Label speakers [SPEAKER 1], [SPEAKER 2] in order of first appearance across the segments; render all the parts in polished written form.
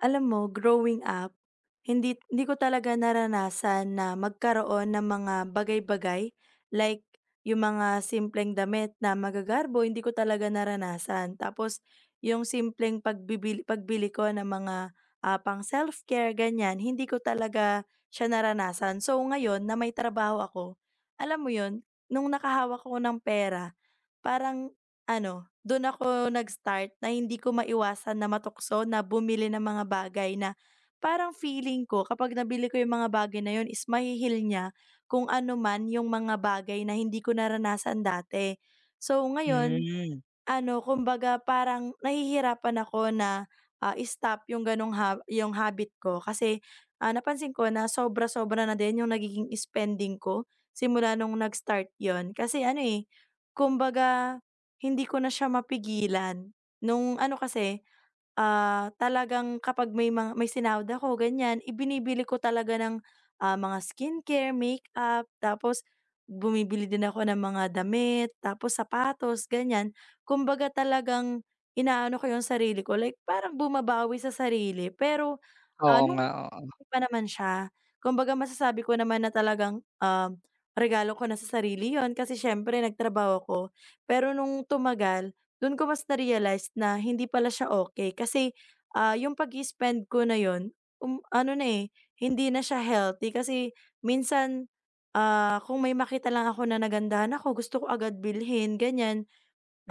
[SPEAKER 1] Alam mo, growing up, hindi hindi ko talaga naranasan na magkaroon ng mga bagay-bagay like yung mga simpleng damit na magagarbo, hindi ko talaga naranasan. Tapos yung simpleng pagbibili, pagbili ko ng mga pang self-care, ganyan, hindi ko talaga siya naranasan. So ngayon na may trabaho ako, alam mo yun, nung nakahawak ko ng pera, parang dun ako nag-start na hindi ko maiwasan na matukso na bumili ng mga bagay na parang feeling ko kapag nabili ko yung mga bagay na yun is mahi-heal niya kung ano man yung mga bagay na hindi ko naranasan dati. So ngayon
[SPEAKER 2] Hmm,
[SPEAKER 1] ano, kumbaga parang nahihirapan ako na, i-stop yung gano'ng yung habit ko kasi, napansin ko na sobra-sobra na din yung nagiging spending ko simula nung nag-start 'yun. Kasi ano, eh, kumbaga hindi ko na siya mapigilan. Nung ano kasi, talagang kapag may sinahod ako ganyan ibinibili ko talaga ng, mga skincare, makeup, tapos bumibili din ako ng mga damit, tapos sapatos, ganyan. Kumbaga talagang inaano ko yung sarili ko, like parang bumabawi sa sarili pero,
[SPEAKER 2] Oo
[SPEAKER 1] nung
[SPEAKER 2] nga, oo.
[SPEAKER 1] okay pa naman siya. Kumbaga masasabi ko naman na talagang, regalo ko na sa sarili yon kasi siyempre nagtrabaho ko. Pero nung tumagal, dun ko mas na-realize na hindi pala siya okey kasi, yung pag spend ko na yon ano na, eh, hindi na siya healthy kasi minsan, kung may makita lang ako na nagandahan ako gusto ko agad bilhin, ganyan.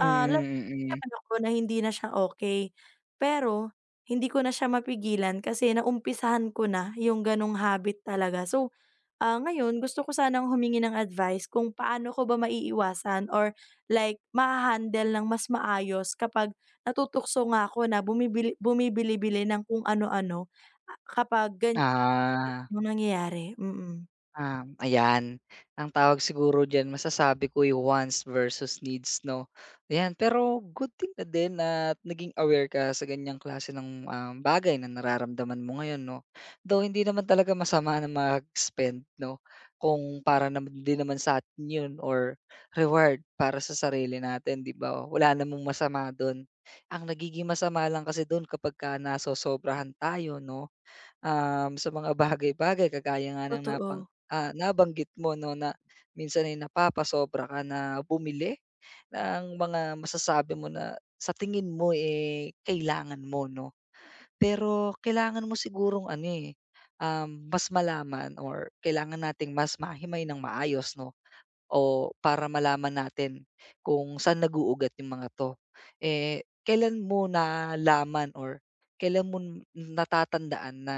[SPEAKER 1] Ah, alam
[SPEAKER 2] mm, mm.
[SPEAKER 1] naman ako na hindi na siya okey, pero hindi ko na siya mapigilan kasi naumpisahan ko na yung ganong habit talaga. So, ngayon gusto ko sanang humingi ng advice kung paano ko ba maiiwasan or like maha-handle ng mas maayos kapag natutukso nga ako na bumibili-bili ng kung ano-ano, kapag ganyan
[SPEAKER 2] Ah.
[SPEAKER 1] yung nangyayari. Mm,
[SPEAKER 2] Ayan. Ang tawag siguro diyan, masasabi ko, yung wants versus needs 'no. Ayan, pero good thing na din na naging aware ka sa ganyang klase ng, bagay na nararamdaman mo ngayon 'no. Though hindi naman talaga masama na mag-spend 'no, kung para naman din naman sa'tin yun or reward para sa sarili natin, 'di ba, wala namang masama dun. Ang nagiging masama lang kasi doon kapag kapagka nasosobrahan tayo 'no, sa mga bagay-bagay kagaya nga ng
[SPEAKER 1] totoo.
[SPEAKER 2] nabanggit mo 'no na minsan ay napapasobra ka na bumili ng mga masasabi mo na sa tingin mo, eh, kailangan mo 'no. Pero kailangan mo sigurong ano, eh, mas malaman or kailangan nating mas mahimay ng maayos 'no o para malaman natin kung saan nag yung mga 'to. Eh, kailan mo nalaman or kailan mo natatandaan na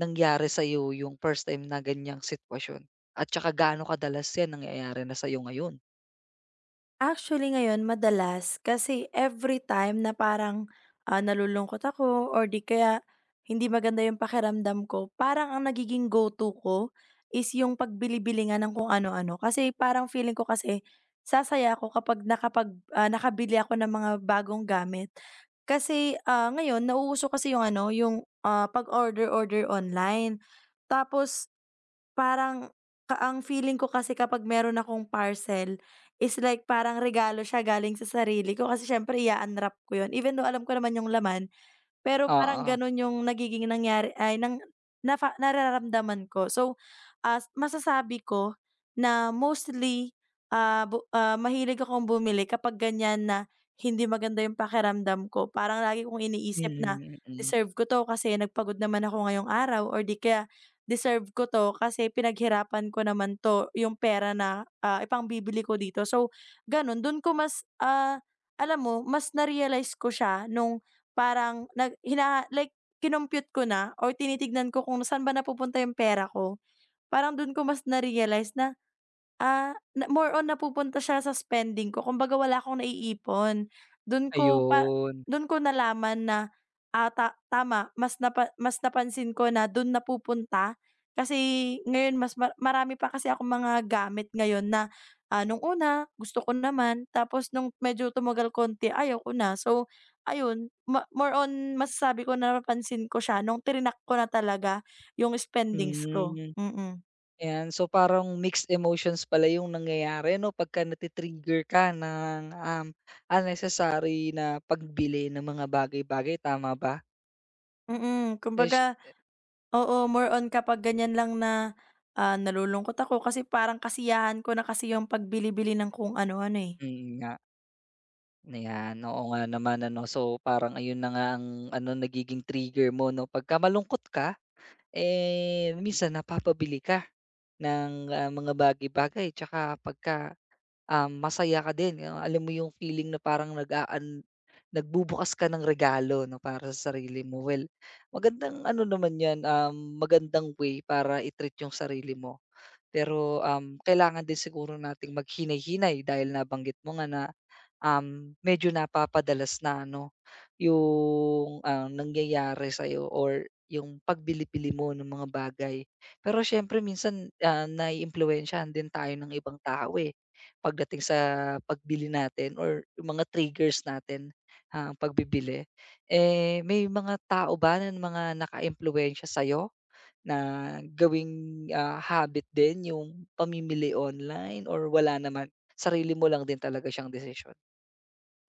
[SPEAKER 2] nangyari sa'yo yung first time na ganyang sitwasyon at tsaka gaano kadalas yan nangyayari na sa sa'yo ngayon?
[SPEAKER 1] Actually ngayon madalas kasi every time na parang, nalulungkot ako or di kaya hindi maganda yung pakiramdam ko, parang ang nagiging go-to ko is yung pagbilibiligan ng kung ano-ano. Kasi parang feeling ko kasi sasaya ako kapag nakabili ako ng mga bagong gamit. Kasi, ngayon nauuso kasi yung ano, yung, pag-order-order online. Tapos parang ka ang feeling ko kasi kapag meron akong parcel is like parang regalo siya galing sa sarili ko kasi siyempre i-a-unwrap ko 'yun even though alam ko naman yung laman, pero parang
[SPEAKER 2] Oo,
[SPEAKER 1] gano'n yung nagiging nangyari ay nang nafa nararamdaman ko. So, as masasabi ko na mostly, mahilig akong bumili kapag ganyan na hindi maganda yung pakiramdam ko. Parang lagi kong iniisip na,
[SPEAKER 2] mm, mm.
[SPEAKER 1] "Deserve ko 'to kasi nagpagod naman ako ngayong araw," or 'di kaya, "Deserve ko 'to kasi pinaghirapan ko naman 'to, yung pera na, ipangbibili ko dito." So, gano'n. Do'n ko mas, alam mo mas na-realize ko siya nung parang nag hina like kinompyut ko na or tinitignan ko kung saan ba napupunta yung pera ko. Parang dun ko mas na-realize na na more on napupunta siya sa spending ko kumbaga wala akong naiipon. don ko pa
[SPEAKER 2] Ayun,
[SPEAKER 1] don ko nalaman na, ah, ta tama mas mas napansin ko na don napupunta kasi ngayon mas marami pa kasi akong mga gamit ngayon na, nung una gusto ko naman tapos nung medyo tumagal konti ayaw ko na. So ayun, ma more on masasabi ko na napansin ko siya nung tirinak ko na talaga yung spendings ko,
[SPEAKER 2] hmm,
[SPEAKER 1] mm.
[SPEAKER 2] ayan, so parang mixed emotions pala yung nangyayari 'no pagka nati-trigger ka ng, unnecessary na pagbili ng mga bagay-bagay, tama ba?
[SPEAKER 1] Mm,
[SPEAKER 2] Ish,
[SPEAKER 1] kumbaga. Oo, more on kapag ganyan lang na, nalulungkot ako kasi parang kasiyahan ko na kasi yung pagbili-bili ng kung ano-ano, eh.
[SPEAKER 2] mm nga, ayan, oo nga naman ano, so parang ayun na nga ang ano, nagiging trigger mo 'no pagka malungkot ka, eh, minsan napapabili ka. Ng, mga bagay-bagay tsaka pagka, masaya ka din, yung alam mo yung feeling na parang nagbubukas ka ng regalo 'no, para sa sarili mo. Well, magandang ano naman 'yan, magandang way para i-treat yung sarili mo. Pero, kailangan din siguro nating maghinay-hinay dahil nabanggit mo nga na, medyo napapadalas na ano, yung, nangyayari sa'yo or yung pagbili-bili mo ng mga bagay. Pero siyempre minsan, naiimpluwensyahan din tayo ng ibang tao, eh, pagdating sa pagbili natin or yung mga triggers natin, ang pagbibili. Eh, may mga tao ba ng mga nakaimpluwensiya sa'yo na gawing, habit din yung pamimili online or wala naman, sarili mo lang din talaga siyang desisyon?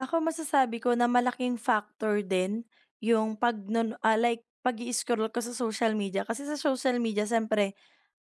[SPEAKER 1] Ako masasabi ko na malaking factor din yung like pag scroll ko sa social media kasi sa social media siyempre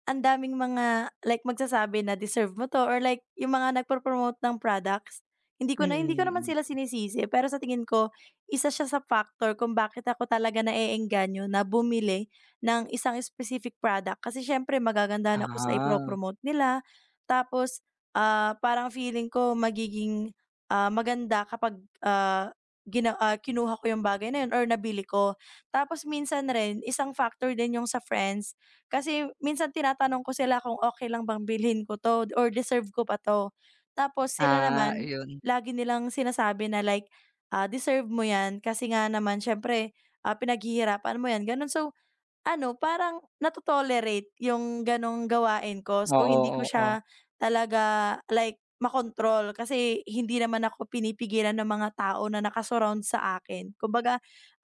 [SPEAKER 1] ang daming mga like magsasabi na deserve mo 'to or like yung mga nagpo-promote ng products, hindi ko naman
[SPEAKER 2] Mm,
[SPEAKER 1] sila
[SPEAKER 2] mm.
[SPEAKER 1] sinisisi pero sa tingin ko, isa siya sa factor kung bakit ako talaga naeengganyo na bumili ng isang specific product kasi siyempre magagandahan ako sa
[SPEAKER 2] Ah,
[SPEAKER 1] ipro-promote nila. Tapos, parang feeling ko magiging, maganda kapag, kinuha ko yung bagay na yun or nabili ko. Tapos minsan rin isang factor din yung sa friends kasi minsan tinatanong ko sila kung okay lang bang bilhin ko 'to or deserve ko ba 'to. Tapos sila
[SPEAKER 2] ah,
[SPEAKER 1] naman
[SPEAKER 2] iyon.
[SPEAKER 1] lagi nilang sinasabi na like, "Deserve mo 'yan kasi nga naman siyempre, pinaghihirapan mo 'yan," gano'n. So ano, parang nato-tolerate yung gano'ng gawain ko. So,
[SPEAKER 2] Oo,
[SPEAKER 1] hindi ko
[SPEAKER 2] oo.
[SPEAKER 1] siya talaga like makontrol kasi hindi naman ako pinipigilan ng mga tao na nakasurround sa akin. Kumbaga,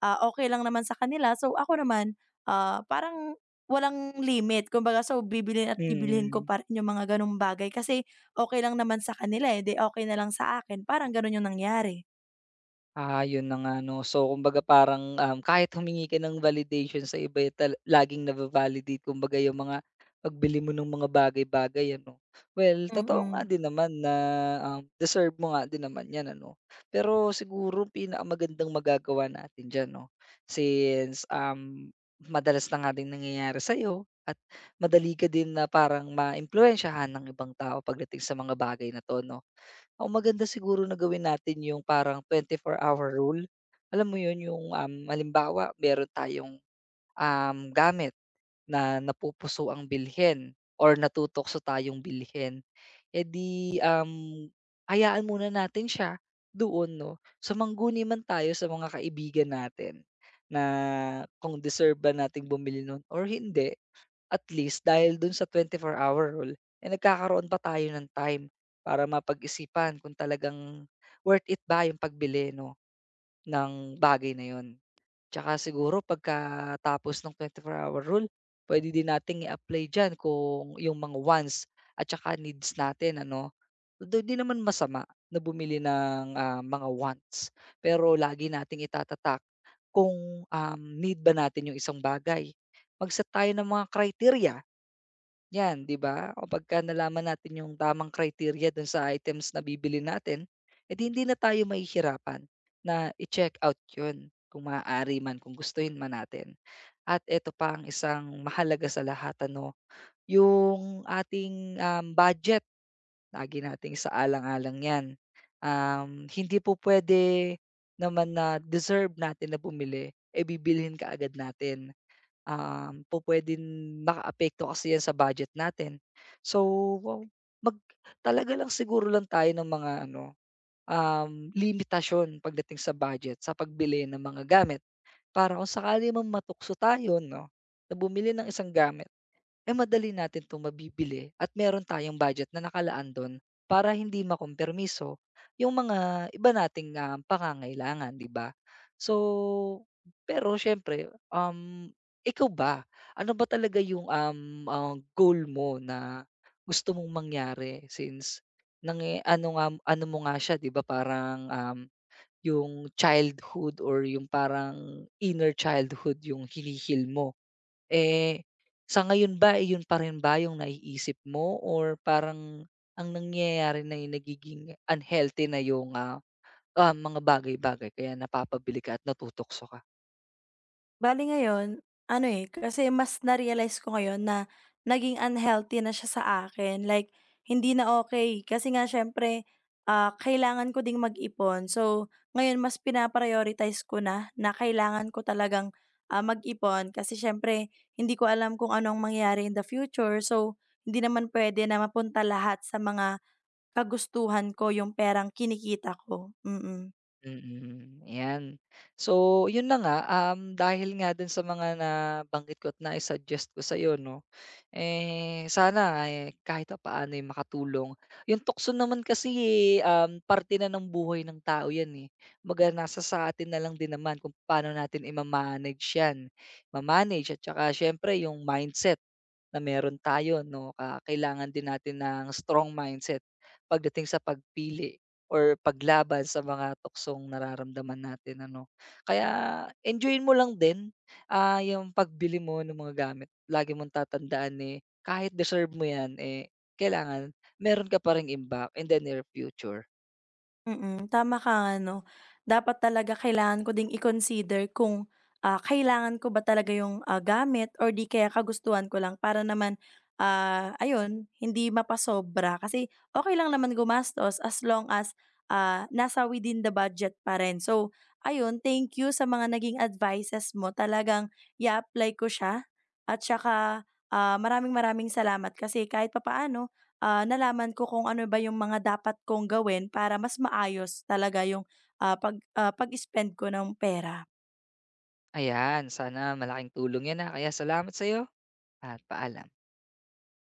[SPEAKER 1] okay lang naman sa kanila. So, ako naman, parang walang limit. Kumbaga, so bibilin at bibilhin ko
[SPEAKER 2] Mm.
[SPEAKER 1] pa rin yung mga gano'ng bagay kasi okay lang naman sa kanila, eh, 'di okey na lang sa akin. Parang gano'n yung nangyari.
[SPEAKER 2] Ah, yun na nga 'no. So, kumbaga parang, kahit humingi ka ng validation sa iba, eh, tal laging nava-validate kumbaga yung mga pagbili mo ng mga bagay-bagay ano. Well, totoo nga
[SPEAKER 1] Mm.
[SPEAKER 2] din naman na, deserve mo nga din naman 'yan ano. Pero siguro pinakamagandang magagawa natin diyan 'no, since, madalas na nga ding nangyayari sa'yo at madali ka din na parang maimpluwensyahan ng ibang tao pagdating sa mga bagay na 'to 'no. Ang maganda siguro na gawin natin yung parang 24 hour rule. Alam mo yun, yung, halimbawa meron tayong, gamit na napupuso ang bilhin or natutokso tayong bilhin, eh, di, hayaan muna natin siya doon 'no. Sumangguni man tayo sa mga kaibigan natin na kung deserve ba nating bumili nun or hindi. At least dahil dun sa 24 hour rule, eh, nagkakaroon pa tayo ng time para mapag-isipan kung talagang worth it ba yung pagbili 'no, ng bagay na yun. Tsaka siguro pagkatapos ng 24 hour rule, pwede din nating i-apply diyan kung yung mga wants at tsaka needs natin ano. Although di naman masama na bumili ng, mga wants, pero lagi nating itatatak kung, need ba natin yung isang bagay. Mag-set tayo ng mga criteria. 'Yan, 'di ba? Kapagka nalaman natin yung tamang criteria dun sa items na bibili natin, eh, hindi na tayo mahihirapan na i-check out yun kung maaari man, kung gustuhin man natin. At eto pa ang isang mahalaga sa lahat ano, yung ating, budget. Lagi nating sa alang 'yan. Hindi po puwede naman na deserve natin na bumili, e bibilhin ka agad natin. Pupwedeng makaapekto kasi 'yan sa budget natin. So, wow, mag talaga lang siguro lang tayo ng mga ano, limitasyon pagdating sa budget sa pagbili ng mga gamit. Para kung sakali mang matukso tayo 'no, na bumili ng isang gamit, eh, madali natin 'to mabibili at meron tayong budget na nakalaan dun para hindi makompromiso yung mga iba nating, pangangailangan, 'di ba? So, pero siyempre, ikaw ba, ano ba talaga yung, goal mo na gusto mong mangyari since nang ano nga ano mo nga siya, 'di ba, parang, yung childhood or yung parang inner childhood yung hinihil mo? Eh, sa ngayon ba, iyon pa rin ba yung naiisip mo or parang ang nangyayari na yung nagiging unhealthy na yung, mga bagay-bagay kaya napapabili ka at natutokso ka?
[SPEAKER 1] Bale ngayon, ano, eh, kasi mas na-realize ko ngayon na naging unhealthy na siya sa akin, like hindi na okay. Kasi nga siyempre, kailangan ko ding mag-ipon. So, ngayon mas pina ko na, na kailangan ko talagang, mag-ipon kasi siyempre hindi ko alam kung ano ang mangyayari in the future. So, hindi naman pwede na mapunta lahat sa mga kagustuhan ko yung perang kinikita ko, mm. Mm.
[SPEAKER 2] Mm, 'yan. So, 'yun na nga, dahil nga do'n sa mga nabanggit ko at na suggest ko sa'yo 'no, eh, sana, eh, kahit papaano, eh, makatulong. 'Yung tukso naman kasi, eh, parte na ng buhay ng tao 'yan, eh. Kumbaga nasa sa atin na lang din naman kung paano natin ima-manage 'yan, ma at saka siyempre 'yung mindset na meron tayo 'no, kailangan din natin ng strong mindset pagdating sa pagpili or paglaban sa mga tuksong nararamdaman natin ano. Kaya enjoyin mo lang din, yung pagbili mo ng mga gamit. Lagi mong tatandaan, eh, kahit deserve mo yan, eh, kailangan meron ka pa ring imbak in the near future.
[SPEAKER 1] Mm, tama ka nga 'no. Dapat talaga kailangan ko ding i-consider kung, kailangan ko ba talaga yung, gamit or 'di kaya kagustuhan ko lang para naman, ayun, hindi mapasobra. Kasi okay lang naman gumastos as long as, nasa within the budget pa rin. So ayun, thank you sa mga naging advices mo. Talagang i apply ko siya at saka, maraming maraming salamat kasi kahit papaano nalaman ko kung ano ba yung mga dapat kong gawin para mas maayos talaga yung, pag-spend ko ng pera.
[SPEAKER 2] Ayan, sana malaking tulong yan, kaya salamat sa'yo at paalam.